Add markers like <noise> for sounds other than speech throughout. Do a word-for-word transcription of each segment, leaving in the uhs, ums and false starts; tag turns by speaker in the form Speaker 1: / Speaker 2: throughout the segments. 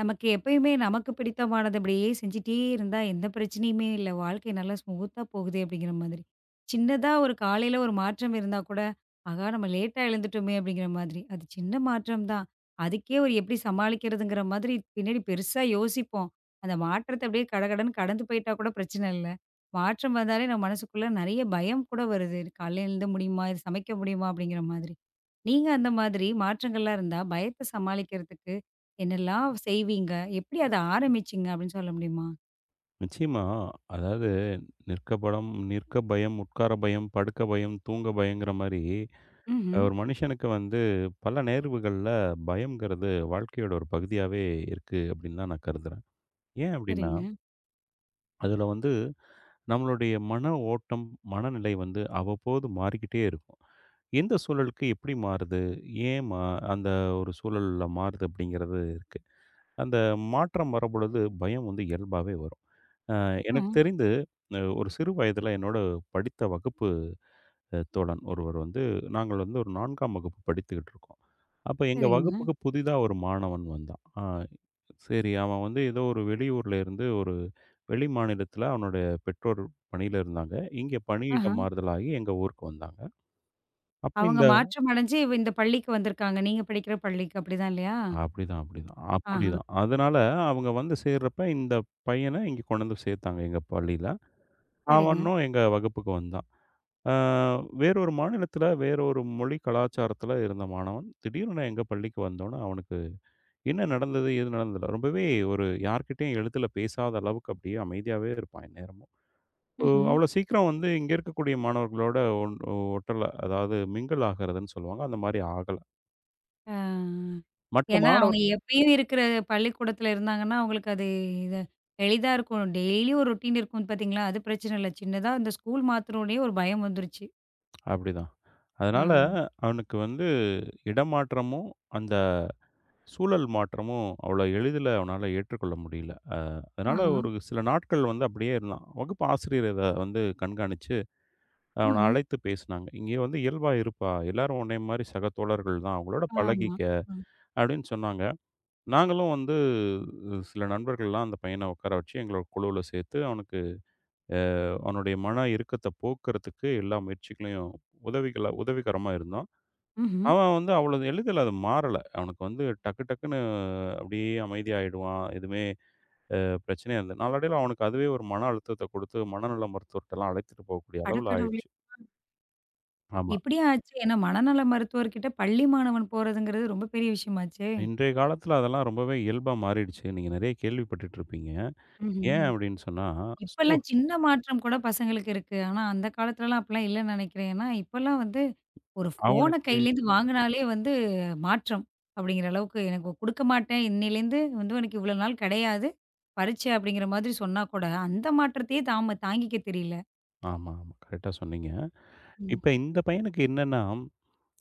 Speaker 1: நமக்கு எப்பயுமே நமக்கு பிடித்தமானது அப்படியே செஞ்சுட்டே இருந்தா எந்த பிரச்சனையுமே இல்ல. வாழ்க்கை நல்லா ஸ்மூத்தா போகுதே அப்படிங்கிற மாதிரி. சின்னதா ஒரு காலையில ஒரு மாற்றம் இருந்தா கூட, ஆகா நம்ம லேட்டா எழுந்துட்டோமே அப்படிங்கிற மாதிரி. அது சின்ன மாற்றம் தான். அதுக்கே ஒரு எப்படி சமாளிக்கிறதுங்கிற மாதிரி பின்னாடி பெருசா யோசிப்போம். அந்த மாற்றத்த அப்படியே கடகடன்னு கடந்து போயிட்டா கூட பிரச்சனை இல்ல. மாற்றம் வந்தாலே நம்ம மனசுக்குள்ள நெறைய பயம் கூட வருது. காலையில எழுந்த முடியுமா? இது சமைக்க முடியுமா? அப்படிங்கிற மாதிரி. நீங்க அந்த மாதிரி மாற்றங்கள்லாம் இருந்தா பயத்த சமாளிக்கிறதுக்கு என்னல்லாம் செய்வீங்க? எப்படி அத ஆரம்பிச்சீங்க அப்படின்னு சொல்ல முடியுமா?
Speaker 2: நிச்சயமா. அதாவது நிற்க படம், நிற்க பயம், உட்கார பயம், படுக்க பயம், தூங்க பயங்கிற மாரி,
Speaker 1: ம்ஹ்ம்.
Speaker 2: ஒரு மனுஷனுக்கு வந்து பல நேர்வுகள்ல பயம்ங்கிறது வாழ்க்கையோட ஒரு பகுதியாவே இருக்கு அப்படின்னு தான் நான் கருதுறேன். ஏன் அப்படின்னா,
Speaker 1: சரிங்க.
Speaker 2: அதில வந்து நம்மளுடைய மன ஓட்டம், மனநிலை வந்து அவ்வப்போது மாறிக்கிட்டே இருக்கும். எந்த சூழலுக்கு எப்படி மாறுது? ஏன் மா அந்த ஒரு சூழல்ல மாறுது அப்படிங்கிறது இருக்கு. அந்த மாற்றம் வரம்பொழுது பயம் வந்து இயல்பாவே வரும். அ
Speaker 1: ஆ.
Speaker 2: எனக்கு தெரிந்து அ ஒரு சிறு வயதில என்னோட படித்த வகுப்பு அ தோழன் ஒருவர் வந்து நாங்கள் வந்து ஒரு நான்காம் வகுப்பு படித்துக்கிட்டு இருக்கோம். அப்ப எங்க
Speaker 1: சரிங்க.
Speaker 2: வகுப்புக்கு புதிதா ஒரு மாணவன் வந்தான். அ சரி அவன் வந்து ஏதோ ஒரு வெளியூர்ல இருந்து ஒரு வெளி மாநிலத்தில அவனுடைய பெற்றோர் பணியில இருந்தாங்க. இங்க பணியிட
Speaker 1: ஆஹா.
Speaker 2: மாறுதலாகி எங்க ஊருக்கு வந்தாங்க. அப்ப
Speaker 1: அவங்க
Speaker 2: இந்த
Speaker 1: மாற்றம் அடைஞ்சு இவ இந்த பள்ளிக்கு வந்திருக்காங்க. நீங்க படிக்கிற பள்ளிக்கு அப்படிதான் இல்லையா?
Speaker 2: அப்படிதான், அப்படிதான்,
Speaker 1: ஆஹா.
Speaker 2: அப்படிதான். அதனால அவங்க வந்து சேர்றப்ப இந்த பையன இங்க கொண்டு வந்து சேர்த்தாங்க எங்க பள்ளியில.
Speaker 1: சரிங்க.
Speaker 2: அவனும் எங்க வகுப்புக்கு வந்தான். ஆ, வேறொரு மாநிலத்தில, வேறொரு மொழி கலாச்சாரத்தில இருந்த மாணவன், திடீர்னு எங்க பள்ளிக்கு வந்தோனே, அவனுக்கு என்ன நடந்தது? ஏது நடந்ததுல ரொம்பவே ஒரு யார்கிட்டயும் எழுத்துல பேசாத அளவுக்கு அப்படியே அமைதியாவே இருப்பான் எந்நேரமும். ஓ
Speaker 1: ம்ஹ்ம்.
Speaker 2: அவ்வளோ சீக்கிரம் வந்து இங்க இருக்கக்கூடிய மாணவர்களோட ஒன் ஒட்டல. அதாவது மிங்கிள் ஆகுறதுன்னு சொல்லுவாங்க. அந்த மாரி ஆகல.
Speaker 1: ஆ.
Speaker 2: மற்ற
Speaker 1: ஏன்னா அவங்க
Speaker 2: மாணவர்
Speaker 1: எப்பயும் இருக்கிற பள்ளிக்கூடத்துல இருந்தாங்கன்னா, அவங்களுக்கு அது இது எளிதா இருக்கும். டெய்லியும் ஒரு ரொட்டீன் இருக்கும் பார்த்தீங்களா? அது பிரச்சனை இல்ல. சின்னதா இந்த ஸ்கூல் மாத்துனோனே ஒரு பயம் வந்துருச்சு.
Speaker 2: அப்படிதான்.
Speaker 1: ஆ.
Speaker 2: அதனால அவனுக்கு வந்து இடமாற்றமும், அந்த சூழல் மாற்றமும் அவ்வளோ எளிதில அவனால ஏற்றுக்கொள்ள முடியல. அ அதனால
Speaker 1: ஆஹா.
Speaker 2: ஒரு சில நாட்கள் வந்து அப்படியே இருந்தான். வகுப்பு ஆசிரியர் இத வந்து கண்காணிச்சு, அவன
Speaker 1: ம்ஹ்ம்.
Speaker 2: அழைத்து பேசினாங்க. "இங்கே வந்து இயல்பா இருப்பா. எல்லாரும் உன்னைய மாரி சக தோழர்கள் தான். அவங்களோட
Speaker 1: ஆமா.
Speaker 2: பழகிக்க"
Speaker 1: ம்.
Speaker 2: அப்படின்னு சொன்னாங்க. நாங்களும் வந்து அஹ், சில நண்பர்கள்லாம் அந்த பையன உட்கார வச்சு எங்களோட குழுவுல சேர்த்து, அவனுக்கு அவனுடைய மன இறுக்கத்த போக்குறதுக்கு எல்லா முயற்சிகளையும் உதவிகளா உதவிகரமா இருந்தோம்.
Speaker 1: ம்ஹ்ம்.
Speaker 2: அவன் வந்து அவ்வளவு எளிதில அது மாறல. அவனுக்கு வந்து டக்கு டக்குன்னு அப்படியே அமைதியாயிடுவான். எதுவுமே பிரச்சனையே இல்ல. நாளடைவில அவனுக்கு அதுவே ஒரு மன அழுத்தத்த குடுத்து, மனநல மருத்துவர்ட்டலாம் அழைத்துட்டு போகக்கூடிய அளவுல
Speaker 1: அடக்கடவுளே!
Speaker 2: ஆயிடுச்சு. ஆமா.
Speaker 1: இப்படியே ஆச்சு. ஏன்னா மனநல மருத்துவர்கிட்ட பள்ளி மாணவன் போறதுங்கிறது ரொம்ப பெரிய விஷயமாச்சே!
Speaker 2: இன்றைய காலத்துல அதெல்லாம் ரொம்பவே இயல்பா மாறிடுச்சு. நீங்க நெறைய கேள்விப்பட்டுட்டுருப்பீங்க. ஏன்
Speaker 1: ம்ஹ்ம்.
Speaker 2: அப்படின்னு சொன்னா, சோ
Speaker 1: இப்பல்லாம் சின்ன மாற்றம் கூட பசங்களுக்கு இருக்கு. ஆனா அந்த காலத்துலலாம் அப்படிலாம் இல்லன்னு நினைக்கிறேன். ஏன்னா இப்பல்லாம் வந்து ஒரு ஃபோன
Speaker 2: அவனுக்கு
Speaker 1: கையிலேருந்து வாங்குனாலே வந்து மாற்றம் அப்படிங்கிற அளவுக்கு எனக்கு குடுக்க மாட்டேன். இன்னையிலேருந்து வந்து உனக்கு இவ்வளோ நாள் கிடையாது. பரீட்சை அப்படிங்கிற மாதிரி சொன்னா கூட அந்த மாற்றத்தையே தாம தாங்கிக்க தெரியல.
Speaker 2: ஆமா, ஆமா. கரெக்ட்டா சொன்னீங்க.
Speaker 1: ம்.
Speaker 2: இப்ப இந்த பையனுக்கு என்னன்னா,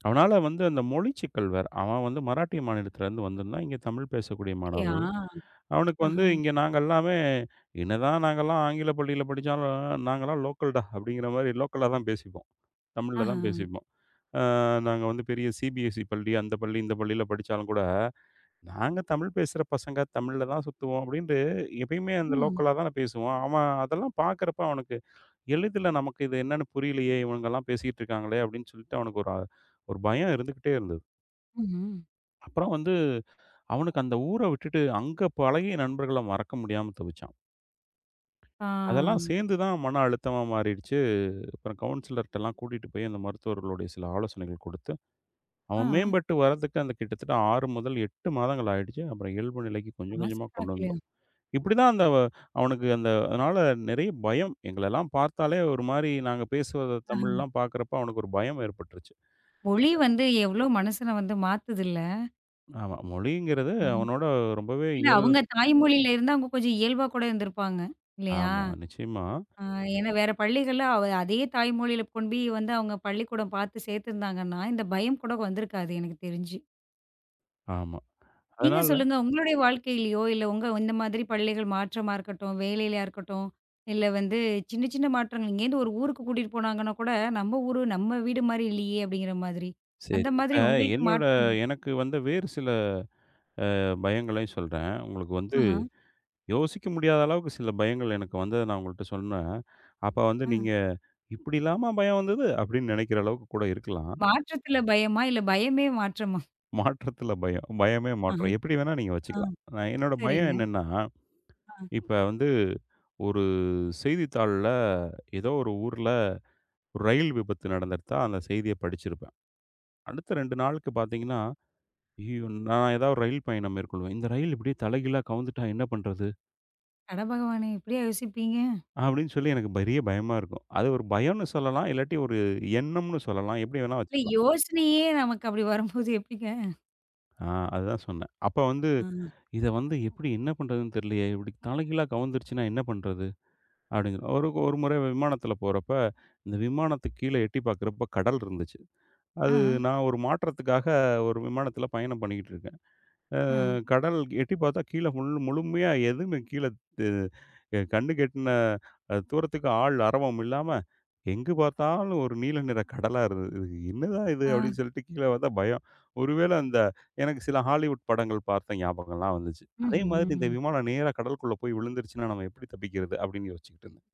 Speaker 2: அவனால வந்து அந்த மொழி சிக்கல் வேற. அவன் வந்து மராட்டிய மாநிலத்திலேருந்து வந்திருந்தான். இங்க தமிழ் பேசக்கூடிய
Speaker 1: அப்படியா?
Speaker 2: மாணவர்கள். அவனுக்கு வந்து
Speaker 1: ஆஹா,
Speaker 2: இங்க நாங்க எல்லாமே என்னதான் நாங்கலாம் ஆங்கில பள்ளியில படிச்சாலும், நாங்கலாம் லோக்கல்டா அப்படிங்கிற மாரி லோக்கலா தான் பேசிப்போம். தமிழ்ல
Speaker 1: ஆஹா.
Speaker 2: தான் பேசிப்போம். அ நாங்க வந்து பெரிய சி பி எஸ் இ பள்ளி, அந்த பள்ளி, இந்த பள்ளியில படிச்சாலும் கூட, "நாங்க தமிழ் பேசுற பசங்க, தமிழ்ல தான் சுத்துவோம்" அப்படின்ட்டு எப்பயுமே அந்த
Speaker 1: ம்.
Speaker 2: லோக்கலா தான பேசுவோம். அவன் அதெல்லாம் பார்க்குறப்ப அவனுக்கு எளிதில நமக்கு இது என்னன்னு புரியலையே, இவனுங்கலாம் பேசிட்டு இருக்காங்களே அப்படின்னு சொல்லிட்டு அவனுக்கு ஒரு ஒரு பயம் இருந்துகிட்டே இருந்தது.
Speaker 1: ம்ஹ்ம்.
Speaker 2: அப்புறம் வந்து அவனுக்கு அந்த ஊர விட்டுட்டு அங்க பழகிய நண்பர்கள மறக்க முடியாம தவிச்சான்.
Speaker 1: ஆ.
Speaker 2: அதெல்லாம் சேர்ந்து தான் மன அழுத்தமா மாறிடுச்சு. அப்புறம் கவுன்சிலர்ட்டலாம் கூட்டிட்டு போய் அந்த மருத்துவர்களுடைய சில ஆலோசனைகள் கொடுத்து
Speaker 1: ஆ.
Speaker 2: அவன் மேம்பட்டு வர்றதுக்கு அந்த கிட்டத்தட்ட ஆறு முதல் எட்டு மாதங்கள் ஆயிடுச்சு. அப்புறம் இயல்பு நிலைக்கு கொஞ்சம்
Speaker 1: காசு
Speaker 2: கொஞ்சமா கொண்டு
Speaker 1: கணக்குலயா?
Speaker 2: வந்தோம். இப்படிதான் அந்த வ- அவனுக்கு அந்த அதனால நிறைய பயம். எங்களெல்லாம் பார்த்தாலே ஒரு மாரி நாங்க பேசுவத தமிழ்லாம் பார்க்குறப்ப அவனுக்கு ஒரு பயம் ஏற்பட்டுருச்சு.
Speaker 1: மொழி வந்து எவ்ளோ மனசன வந்து மாத்துதுல்ல.
Speaker 2: ஆமா. மொழிங்கிறது
Speaker 1: ஆ.
Speaker 2: அவனோட ரொம்பவே
Speaker 1: இல்ல
Speaker 2: இயல்
Speaker 1: அவங்க தாய்மொழியில இருந்தா அவங்க கொஞ்சம் இயல்பா கூட இருந்திருப்பாங்க. இல்லையா?
Speaker 2: ஆமா. நிச்சயமா.
Speaker 1: ஆ ஏன்னா வேற பள்ளிகள்ல அவ அதே தாய்மொழியில கொண்டு போய் வந்து அவங்க பள்ளிக்கூடம் பார்த்து சேர்த்துருந்தாங்கன்னா, இந்த பயம் கூட வந்திருக்காது எனக்கு தெரிஞ்சு.
Speaker 2: ஆமா.
Speaker 1: நீங்க
Speaker 2: அதனால
Speaker 1: சொல்லுங்க உங்களுடைய வாழ்க்கையிலயோ, இல்ல உங்க இந்த மாதிரி பள்ளிகள் மாற்றமா இருக்கட்டும், வேலையிலயா இருக்கட்டும், இல்ல வந்து சின்ன சின்ன மாற்றங்கள் இங்கேருந்து ஒரு ஊருக்கு கூட்டிட்டு போனாங்கன்னா கூட, நம்ம ஊரு நம்ம வீடு மாரி இல்லையே! அப்படிங்கிற மாதிரி. அந்த
Speaker 2: சரி. இப்ப
Speaker 1: மாதிரி உங்களுக்கு
Speaker 2: என்னோட
Speaker 1: மாற்றம்
Speaker 2: எனக்கு வந்த வேறு சில அ பயங்களையும் சொல்றேன். உங்களுக்கு வந்து
Speaker 1: ஆஹ.
Speaker 2: யோசிக்க முடியாத அளவுக்கு சில பயங்கள் எனக்கு வந்தத நான் உங்கள்ட்ட சொன்னேன். அப்ப வந்து
Speaker 1: ஆ.
Speaker 2: நீங்க இப்படிலாமா பயம் வந்தது? அப்படின்னு நினைக்கிற அளவுக்கு கூட இருக்கலாம்.
Speaker 1: மாற்றத்துல பயமா? இல்ல பயமே மாற்றமா?
Speaker 2: மாற்றத்தில பயம். பயமே
Speaker 1: ஆஹா.
Speaker 2: மாற்றம். எப்படி வேணா நீங்க
Speaker 1: ஆ.
Speaker 2: வச்சுக்கலாம். நான் என்னோட பயம்
Speaker 1: சரிங்க.
Speaker 2: என்னன்னா,
Speaker 1: ஆ.
Speaker 2: இப்ப வந்து ஒரு செய்தித்தாள்ல ஏதோ ஒரு ஊர்ல ஒரு ரயில் விபத்து நடந்திருத்தா, அந்த செய்திய படிச்சிருப்பேன். அடுத்த ரெண்டு நாளுக்கு பார்த்தீங்கன்னா, ஐயய்யோ! நான் ஏதாவது ரயில் பயணம் மேற்கொள்வேன். இந்த ரயில் இப்படியே தலைகீழா கவுந்துட்டா என்ன பண்றது?
Speaker 1: அட பகவானே! இப்படியா யோசிப்பீங்க?
Speaker 2: அப்படின்னு சொல்லி எனக்கு பெரிய பயமா இருக்கும். அது ஒரு பயம்னு சொல்லலாம். இல்லாட்டி ஒரு எண்ணம்னு சொல்லலாம். எப்படி வேணா
Speaker 1: இல்ல
Speaker 2: வச்சுக்கலாம்.
Speaker 1: யோசனையே நமக்கு அப்படி வரும்போது எப்படிங்க?
Speaker 2: ஆ அதுதான் சொன்னேன். அப்ப வந்து
Speaker 1: ஆ.
Speaker 2: இத வந்து எப்படி என்ன பண்றதுன்னு தெரியலையே! இப்படி தலைகீழா கவுந்துருச்சுன்னா என்ன பண்றது? அப்படிங்கிற ஒரு ஒரு முறை விமானத்தில போறப்ப, இந்த விமானத்துக்கு கீழ எட்டி பார்க்குறப்ப கடல் இருந்துச்சு.
Speaker 1: ஆ,
Speaker 2: அது நான் ஒரு மாற்றத்துக்காக ஒரு விமானத்தில பயணம் பண்ணிக்கிட்டு இருக்கேன்.
Speaker 1: ஆ,
Speaker 2: கடல் எட்டி பார்த்தா கீழ முழு முழுமையா எதுவுமே கீழ து அ கண்ணுக்கு எட்டுன அ தூரத்துக்கு ஆள் அரவம் இல்லாம, எங்கு பார்த்தாலும் ஒரு நீல நிற கடலா இருந்தது. "இது என்னதான் இது?"
Speaker 1: ஆ.
Speaker 2: அப்படின்னு சொல்லிட்டு கீழ பார்த்தா பயம். ஒருவேள அந்த எனக்கு சில ஹாலிவுட் படங்கள் பார்த்த ஞாபகம்லாம் வந்துச்சு. அதே
Speaker 1: ம்ஹ்ம்,
Speaker 2: மாதிரி இந்த
Speaker 1: ம்.
Speaker 2: விமானம் நேரா கடலுக்குள்ள போய் விழுந்துருச்சுன்னா, நம்ம எப்படி தப்பிக்கிறது? அப்படின்னு யோசிச்சுக்கிட்டு இருந்தேன்.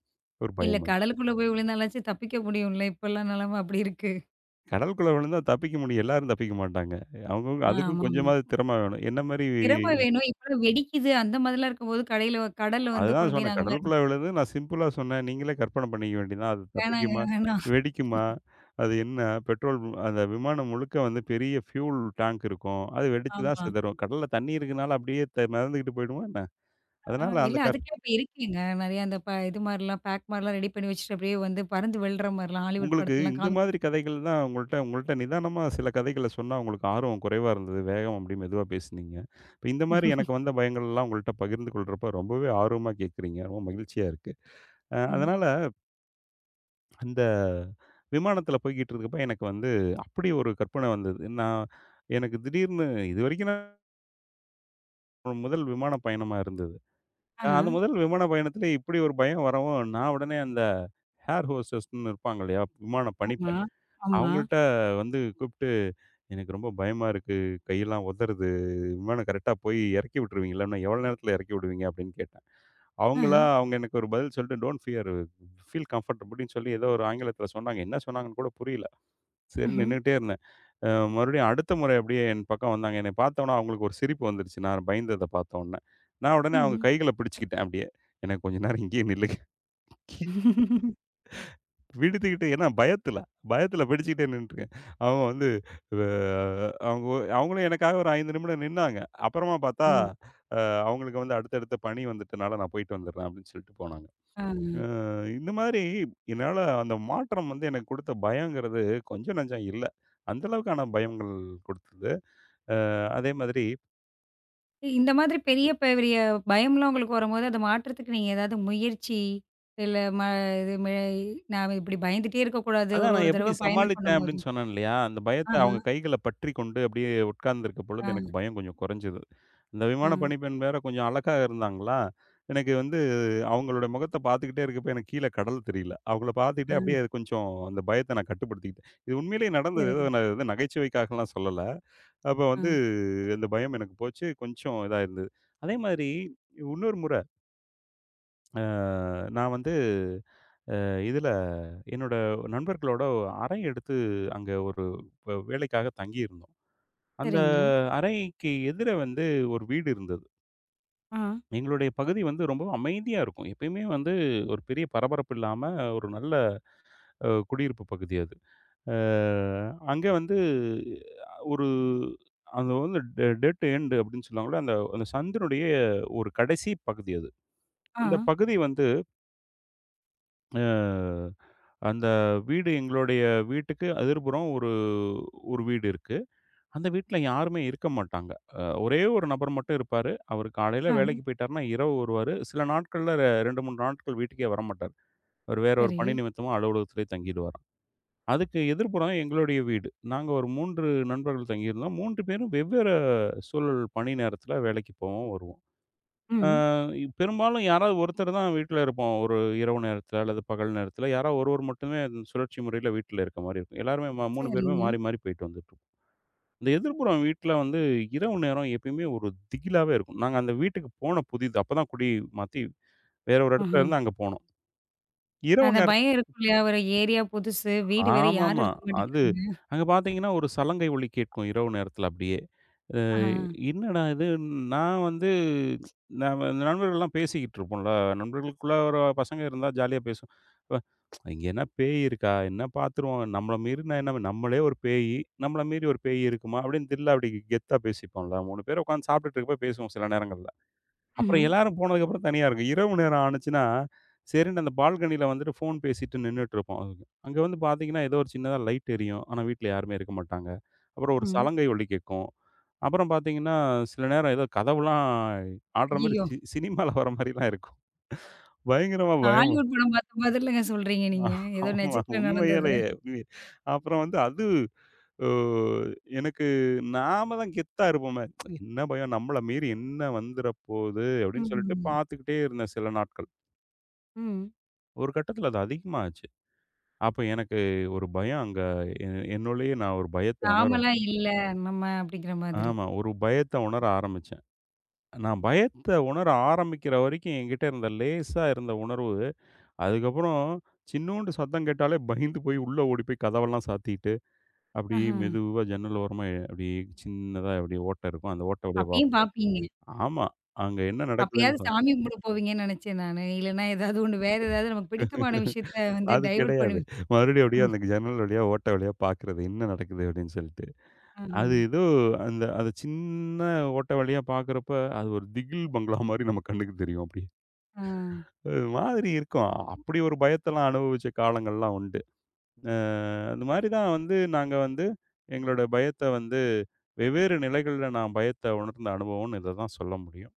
Speaker 2: ஒரு
Speaker 1: இல்ல
Speaker 2: பயம் வந்து.
Speaker 1: கடலுக்குள்ள போய் விழுந்தாலாச்சும் தப்பிக்க முடியும்ல. இப்பல்லாம் நிலைமை அப்படி இருக்கு.
Speaker 2: கடலுக்குள்ள விழுந்தா தப்பிக்க முடியும். எல்லாரும் தப்பிக்க மாட்டாங்க. அவங்கவங்க
Speaker 1: ஆ,
Speaker 2: அதுக்கும்
Speaker 1: ஆமாமா.
Speaker 2: கொஞ்சமாவது திறமை வேணும். என்ன மாரி
Speaker 1: திறமை வேணும். இப்பல்லாம் வெடிக்குது. அந்த மாதிரிலாம் இருக்கும்போது கடையில கடல்ல வந்து
Speaker 2: அதுதான்
Speaker 1: கொண்டு போய்
Speaker 2: சொன்னேன்.
Speaker 1: நாங்க மாரி
Speaker 2: கடலுக்குள்ள விழுது. நான் சிம்பிளா சொன்னேன். நீங்களே கற்பனை பண்ணிக்க வேண்டியது தான். அது
Speaker 1: வேணாங்க,
Speaker 2: தப்பிக்குமா?
Speaker 1: வேணாம்.
Speaker 2: வெடிக்குமா? அது என்ன? பெட்ரோல் மு- அந்த விமானம் முழுக்க வந்து பெரிய ஃபியூல் டேங்க் இருக்கும். அது வெடிச்சு தான்
Speaker 1: ஆமா.
Speaker 2: சிதறும். கடல்ல தண்ணி இருக்கனால அப்படியே த மிதந்துகிட்டு போயிடுமா என்ன?
Speaker 1: ஆ
Speaker 2: அதனால
Speaker 1: இல்ல
Speaker 2: அந்த கர்
Speaker 1: அதுக்கே இப்ப இருக்கேங்க. நெறைய அந்த ப இது மாரிலாம் பேக் மாரிலாம் ரெடி பண்ணி வச்சுட்டு அப்படியே வந்து பறந்து விழ்ற மாரிலாம் ஹாலிவுட்
Speaker 2: உங்களுக்கு
Speaker 1: படத்துலலாம்
Speaker 2: இந்த
Speaker 1: காமிக்கிறாங்க.
Speaker 2: மாதிரி கதைகள் தான் உங்கள்ட்ட உங்கள்ட்ட நிதானமா சில கதைகள சொன்னா உங்களுக்கு ஆர்வம் குறைவா இருந்தது. வேகம் அப்படி மெதுவா பேசுனீங்க. இப்ப இந்த மாரி எனக்கு வந்த பயங்கள்லாம் உங்கள்ட்ட பகிர்ந்து கொள்றப்ப ரொம்பவே ஆர்வமா கேட்கறீங்க. ரொம்ப மகிழ்ச்சியா இருக்கு. அ
Speaker 1: ம்.
Speaker 2: அதனால அந்த விமானத்தில போய்க்கிட்டு இருக்கப்ப எனக்கு வந்து அப்படி ஒரு கற்பனை வந்தது. நான் எனக்கு திடீர்னு இதுவரைக்கும் நான் ஒரு முதல் விமான பயணமா இருந்தது. அ
Speaker 1: ஆஹா.
Speaker 2: அந்த முதல் விமான பயணத்தில இப்படி ஒரு பயம் வரவும், நான் உடனே அந்த ஏர் ஹோஸ்டஸ்ன்னு இருப்பாங்க இல்லையா? விமான
Speaker 1: ஆமா,
Speaker 2: பணிப்பெண்.
Speaker 1: ஆமா.
Speaker 2: அவங்கள்ட்ட வந்து கூப்பிட்டு, "எனக்கு ரொம்ப பயமா இருக்கு. கையெல்லாம் உதறுது. விமானம் கரெக்ட்டா போய் இறக்கி விட்டுருவீங்கல்ல? இன்னும் எவ்வளோ நேரத்தில இறக்கி விடுவீங்க?" அப்படின்னு கேட்டேன்.
Speaker 1: ஆஹா.
Speaker 2: அவங்களா அவங்க எனக்கு ஒரு பதில் சொல்லிட்டு, "டோன்ட் ஃபியர். ஃபீல் கம்ஃபர்டபுள்ன்னு" சொல்லி ஏதோ ஒரு ஆங்கிலத்தில சொன்னாங்க. என்ன சொன்னாங்கன்னு கூட புரியல. சரின்னு
Speaker 1: ம்ஹ்ம்.
Speaker 2: நின்னுட்டே இருந்தேன். அ மறுபடியும் அடுத்த முறை அப்படியே என் பக்கம் வந்தாங்க. என்னைய பார்த்தோன்னே அவங்களுக்கு ஒரு சிரிப்பு வந்துருச்சு. நான் பயந்தத பார்த்தோன்னே. நான் உடனே அவங்க
Speaker 1: ம்.
Speaker 2: கைகள பிடிச்சுக்கிட்டேன் அப்படியே. எனக்கு கொஞ்ச நேரம் இங்கேயே நில்லுங்க. விடுத்துக்கிட்டு <laughs> ஏன்னா பயத்துல, பயத்துல பிடிச்சுக்கிட்டே நின்னுட்டுருக்கேன். அவங்க வந்து அ அவங்க ஒ- அவங்களும் எனக்காக ஒரு ஐந்து நிமிடம் நின்னாங்க. அப்புறமா பார்த்தா,
Speaker 1: ம்.
Speaker 2: அ அவங்களுக்கு வந்து அடுத்தடுத்த பணி வந்துட்டனால நான் போயிட்டு வந்துடுறேன் அப்படின்னு சொல்லிட்டு போனாங்க.
Speaker 1: ஆ.
Speaker 2: அ இந்த மாதிரி என்னால அந்த மாற்றம் வந்து எனக்கு கொடுத்த பயங்கிறது கொஞ்சம் நஞ்சம் இல்ல. அந்த அளவுக்கான பயங்கள் கொடுத்தது. அதே மாதிரி
Speaker 1: இந்த மாதிரி பெரிய பெரிய பயம்லாம் உங்களுக்கு வரும்போது, அத மாற்றத்துக்கு நீங்க ஏதாவது முயற்சி, இல்ல ம இது மெ நாம இப்படி பயந்துட்டே இருக்கக்கூடாது.
Speaker 2: அதான்
Speaker 1: ஒரு ஒரு
Speaker 2: நான் எப்படி
Speaker 1: தடவ பயணம்
Speaker 2: சமாளித்தேன்
Speaker 1: பண்ணும்போது.
Speaker 2: அப்படின்னு சொன்னேன் இல்லையா? அந்த பயத்த
Speaker 1: ஆஹா.
Speaker 2: அவங்க கைகள பற்றிக் கொண்டு அப்படியே உட்கார்ந்திருக்க
Speaker 1: ஆ,
Speaker 2: பொழுது எனக்கு பயம் கொஞ்சம் குறைஞ்சது. அந்த
Speaker 1: ஆ,
Speaker 2: விமான பணிப்பெண் வேற கொஞ்சம் அழகா இருந்தாங்களா, எனக்கு வந்து அவங்களோட முகத்த பார்த்துக்கிட்டே இருக்கப்ப எனக்கு கீழ கடல் தெரியல. அவங்கள
Speaker 1: ஆ.
Speaker 2: பார்த்துக்கிட்டே அப்படியே அது கொஞ்சம் அந்த பயத்த நான் கட்டுப்படுத்திக்கிட்டேன். இது உண்மையிலேயே நடந்தது.
Speaker 1: சரிங்க.
Speaker 2: ஏதோ நான் இது நகைச்சுவைக்காகலாம் சொல்லல. அப்ப
Speaker 1: ஆ.
Speaker 2: வந்து அந்த பயம் எனக்கு போச்சு. கொஞ்சம் இதா இருந்தது. அதே மாதிரி இன்னொரு முறை அ நான் வந்து அ இதுல என்னோட நண்பர்களோட அறை எடுத்து அங்க ஒரு வ வேலைக்காக தங்கியிருந்தோம். அந்த
Speaker 1: சரிங்க.
Speaker 2: அறைக்கு எதிர வந்து ஒரு வீடு இருந்தது.
Speaker 1: ஆ,
Speaker 2: எங்களுடைய பகுதி வந்து ரொம்ப அமைதியா இருக்கும். எப்பயுமே வந்து ஒரு பெரிய பரபரப்பு இல்லாம ஒரு நல்ல அ குடியிருப்பு பகுதி அது. அ அங்க வந்து அஹ், ஒரு அது வந்து டெ டெட் எண்ட் அப்படின்னு சொல்லுவாங்கல்ல, அந்த அந்த சந்தினுடைய ஒரு கடைசி பகுதி அது.
Speaker 1: ஆ,
Speaker 2: அந்த பகுதி வந்து அ அந்த வீடு எங்களுடைய வீட்டுக்கு எதிர்புறம் ஒரு ஒரு வீடு இருக்கு. அந்த வீட்ல யாருமே இருக்க மாட்டாங்க. அ ஒரே ஒரு நபர் மட்டும் இருப்பாரு. அவரு காலையில
Speaker 1: ஆ.
Speaker 2: வேலைக்கு போயிட்டாருன்னா, இரவு வருவாரு. சில நாட்கள்ல ரெ ரெண்டு, மூன்று நாட்கள் வீட்டுக்கே வரமாட்டாரு. அவரு வேற ஒரு
Speaker 1: சரி.
Speaker 2: பணி நிமித்தமா அலுவலகத்திலேயே தங்கிடுவாராம். அதுக்கு எதிர்ப்புறம் எங்களுடைய வீடு. நாங்க ஒரு மூன்று நண்பர்கள் தங்கியிருந்தோம். மூன்று பேரும் வெவ்வேறு சூழல் பணி நேரத்தில வேலைக்கு போவோம், வருவோம். அ
Speaker 1: ம்.
Speaker 2: பெரும்பாலும் யாராவது ஒருத்தர் தான் வீட்ல இருப்போம். ஒரு இரவு நேரத்தில அல்லது பகல் நேரத்தில யாராவது ஒருவர் மட்டுமே அந்த சுழற்சி முறையில வீட்ல இருக்க மாரி இருக்கும். எல்லாருமே ம மூணு பேருமே
Speaker 1: சரிங்க.
Speaker 2: மாறி மாறி போயிட்டு வந்துட்டுருப்போம். இந்த எதிர்ப்புறம் வீட்ல வந்து இரவு நேரம் எப்பயுமே ஒரு திகிலாவே இருக்கும். நாங்க அந்த வீட்டுக்கு போன புதிது. அப்பதான் குடி மாத்தி வேற ஒரு இடத்துல
Speaker 1: ஆஹா.
Speaker 2: இருந்து அங்க போனோம். இரவு
Speaker 1: அந்த
Speaker 2: நேரத்
Speaker 1: பயம் இருக்கும் இல்லையா? ஒரு ஏரியா புதுசு, வீடு வேற யாரும்
Speaker 2: ஆமாமா.
Speaker 1: இருக்க
Speaker 2: அது
Speaker 1: மாட்டேங்கிறாங்க.
Speaker 2: அங்க பார்த்தீங்கன்னா, ஒரு சலங்கை ஒலி கேட்கும் இரவு நேரத்தில அப்படியே. அ
Speaker 1: ஆஹா.
Speaker 2: என்னடா இது? நான் வந்து நாம நண்பர்கள்லாம் பேசிக்கிட்டு இருப்போம்ல. நண்பர்களுக்குள்ள ஒரு பசங்க இருந்தா ஜாலியா பேசுவோம். இப்ப இங்க என்ன பேய் இருக்கா? என்ன பார்த்துருவோம்? நம்மள மீறினா என்ன? நம்மளே ஒரு பேயி, நம்மள மீறி ஒரு பேய் இருக்குமா? அப்படின்னு தில்லா அப்படி கெத்தா பேசிப்போம்ல. மூன்று பேர் உட்காந்து சாப்பிட்டுட்டு இருக்கப்ப பேசுவோம் சில நேரங்கள்ல.
Speaker 1: ம்ஹ்ம்.
Speaker 2: அப்புறம் எல்லாரும் போனதுக்கப்புறம் தனியா இருக்கும். இரவு நேரம் ஆனுச்சுன்னா, சரின்னு அந்த பால்கனியில வந்துட்டு ஃபோன் பேசிட்டு நின்னுட்டு இருப்போம். அங்க வந்து பார்த்தீங்கன்னா, ஏதோ ஒரு சின்னதா லைட் எரியும். ஆனா, வீட்ல யாருமே இருக்க மாட்டாங்க. அப்புறம் ஒரு
Speaker 1: ம்.
Speaker 2: சலங்கை ஒலி கேட்கும். அப்புறம் பார்த்தீங்கன்னா, சில நேரம் ஏதோ கதவுலாம் ஆடுற மாரி
Speaker 1: ஐயயோ!
Speaker 2: சி சினிமால வர மாரிலாம் இருக்கும். பயங்கரமா பயம்.
Speaker 1: ஹாலிவுட் படம் பார்த்த மாதிரிலங்க சொல்றீங்க நீங்க. ஏதோ
Speaker 2: ஆமா
Speaker 1: நிஜத்துல நடந்தது.
Speaker 2: உண்மையிலேயே. உண்மையே. அப்புறம் வந்து அது ஒ எனக்கு நாம தான் கெத்தா இருப்போமே. என்ன பயம் நம்மள மீறி என்ன வந்துற போகுது அப்படின்னு சொல்லிட்டு
Speaker 1: ம்.
Speaker 2: பார்த்துக்கிட்டே இருந்தேன் சில நாட்கள்.
Speaker 1: ம்.
Speaker 2: ஒரு கட்டத்தில அது அதிகமாச்சு. அப்ப எனக்கு ஒரு பயம் அங்க எ என்னுள்ளேயே நான் ஒரு பயத்த உணர
Speaker 1: நாமலாம் இல்ல நம்ம அப்படிங்கிற மாதிரி.
Speaker 2: ஆமா. ஒரு பயத்த உணர ஆரம்பிச்சேன். நான் பயத்த உணர ஆரம்பிக்கிற வரைக்கும் என்கிட்ட இருந்த லேசா இருந்த உணர்வு, அதுக்கப்புறம் சின்னூண்டு சத்தம் கேட்டாலே பயந்து போய் உள்ள ஓடி போய் கதவெல்லாம் சாத்திட்டு, அப்படியே
Speaker 1: ஆஹா.
Speaker 2: மெதுவா ஜன்னல் ஓரமா எ- அப்படியே சின்னதா அப்படியே ஓட்டை இருக்கும். அந்த ஓட்டை வழியா பாப்
Speaker 1: அப்பயும் பார்ப்பீங்க.
Speaker 2: ஆமா. அங்க என்ன நடக்குதுன்னு
Speaker 1: அப்பயாவது
Speaker 2: பா
Speaker 1: சாமி கும்பிட போவீங்கன்னு நெனச்சேன் நானு. இல்லன்னா ஏதாவது ஒண்ணு வேற ஏதாவது நமக்கு பிடித்தமான விஷயத்த வந்து
Speaker 2: அது
Speaker 1: டைவர்ட்
Speaker 2: கிடையாது.
Speaker 1: பண்ணுவீங்க.
Speaker 2: மறுபடியும் அப்படியே
Speaker 1: ம்.
Speaker 2: அந்த ஜன்னல் வழியா, ஓட்டை வழியா பார்க்கிறது. என்ன நடக்குது அப்படின்னு சொல்லிட்டு.
Speaker 1: ஆஹா.
Speaker 2: அது ஏதோ அந்த அத சின்ன ஓட்டை வழியா பார்க்குறப்ப, அது ஒரு திகில் பங்களா மாரி நம்ம கண்ணுக்கு தெரியும் அப்படியே.
Speaker 1: ஆ.
Speaker 2: அது மாதிரி இருக்கும். அப்படி ஒரு பயத்தெல்லாம் அனுபவிச்ச காலங்கள்லாம் உண்டு. அ அந்த மாரி தான் வந்து நாங்க வந்து எங்களோட பயத்த வந்து வெவ்வேறு நிலைகள்ல நான் பயத்த உணர்ந்த அனுபவம்னு இத தான் சொல்ல முடியும்.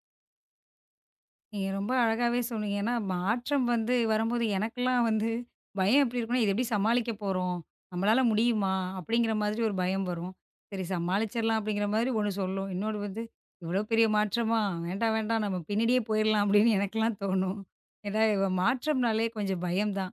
Speaker 1: நீங்க ரொம்ப அழகாவே சொன்னீங்க. ஏன்னா, மாற்றம் வந்து வரும்போது எனக்கெல்லாம் வந்து பயம் எப்படி இருக்கும்னா, "இது எப்படி சமாளிக்க போறோம்? நம்மளால முடியுமா?" அப்படிங்கிற மாதிரி ஒரு பயம் வரும். சரி சமாளிச்சிடலாம் அப்படிங்கிற மாதிரி ஒண்ணு சொல்லும். இன்னொன்னு வந்து, "இவ்வளோ பெரிய மாற்றமா? வேண்டாம், வேண்டாம் நம்ம பின்னாடியே போயிடலாம்." அப்படின்னு எனக்கெல்லாம் தோணும். ஏன்னா இவ மாற்றம்னாலே கொஞ்சம் பயம் தான்.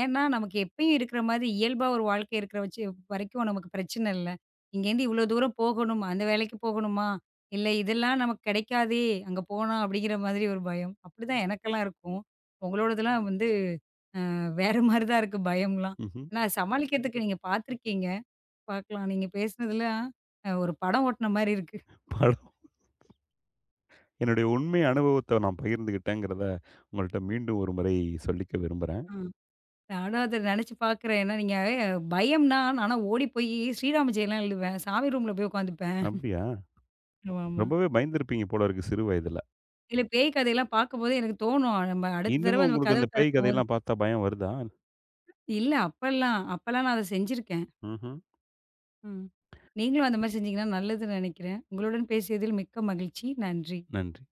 Speaker 1: ஏன்னா, நமக்கு எப்பயும் இருக்கிற மாதிரி இயல்பா ஒரு வாழ்க்கை இருக்கிற வச்சு வரைக்கும் நமக்கு பிரச்சனை இல்ல. இங்கேருந்து இவ்வளோ தூரம் போகணும், அந்த வேலைக்கு போகணுமா? இல்ல இதெல்லாம் நமக்கு கிடைக்காதே! அங்க போனா அப்டிங்கிற மாதிரி ஒரு பயம். அப்படிதான் எனக்கெல்லாம் இருக்கும். உங்களோடதெல்லாம் வந்து வேற மாரி தான் இருக்கு பயம்லாம்.
Speaker 2: ம்ஹ்ம்.
Speaker 1: ஆனா சமாளிக்கிறதுக்கு நீங்க பார்த்துருக்கீங்க. பார்க்கலாம். நீங்க பேசுனதுலாம் அ ஒரு படம் ஓட்டுன மாரி இருக்கு.
Speaker 2: படம் என்னுடைய உண்மை அனுபவத்த நான் பகிர்ந்துக்கிட்டேங்கிறத உங்கள்ட்ட மீண்டும் ஒரு முறை சொல்லிக்க விரும்புறேன்.
Speaker 1: ஆ. நானும் அத நெனச்சு பார்க்குறேன். ஏன்னா நீங்க அஹ், பயம்னா நான்லாம் ஓடி போய் ஸ்ரீராம ஜெயம்லாம் எழுதுவேன். சாமி ரூம்ல போய் உட்காந்துப்பேன்.
Speaker 2: அப்படியா?
Speaker 1: ஆமாமா.
Speaker 2: ரொம்பவே பயந்திருப்பீங்க போல இருக்கு சிறு வயதுல.
Speaker 1: இல்ல பேய் கதையெல்லாம் பார்க்கும்போது எனக்கு தோணும். நம்ம அடுத்த
Speaker 2: இன்னமும்
Speaker 1: தடவ நம்ம
Speaker 2: உங்களுக்கு இந்த
Speaker 1: கதவு
Speaker 2: பேய்
Speaker 1: திறக்கும்போது
Speaker 2: கதையெல்லாம் பார்த்தா பயம் வருதா?
Speaker 1: இல்ல அப்பல்லாம் அப்பல்லாம் நான் அத செஞ்சிருக்கேன்.
Speaker 2: ம்ஹ்ம்.
Speaker 1: ம். நீங்களும் அந்த மாரி செஞ்சீங்கன்னா நல்லதுன்னு நெனைக்கிறேன். உங்களுடன் பேசியதில் மிக்க மகிழ்ச்சி. நன்றி.
Speaker 2: நன்றி.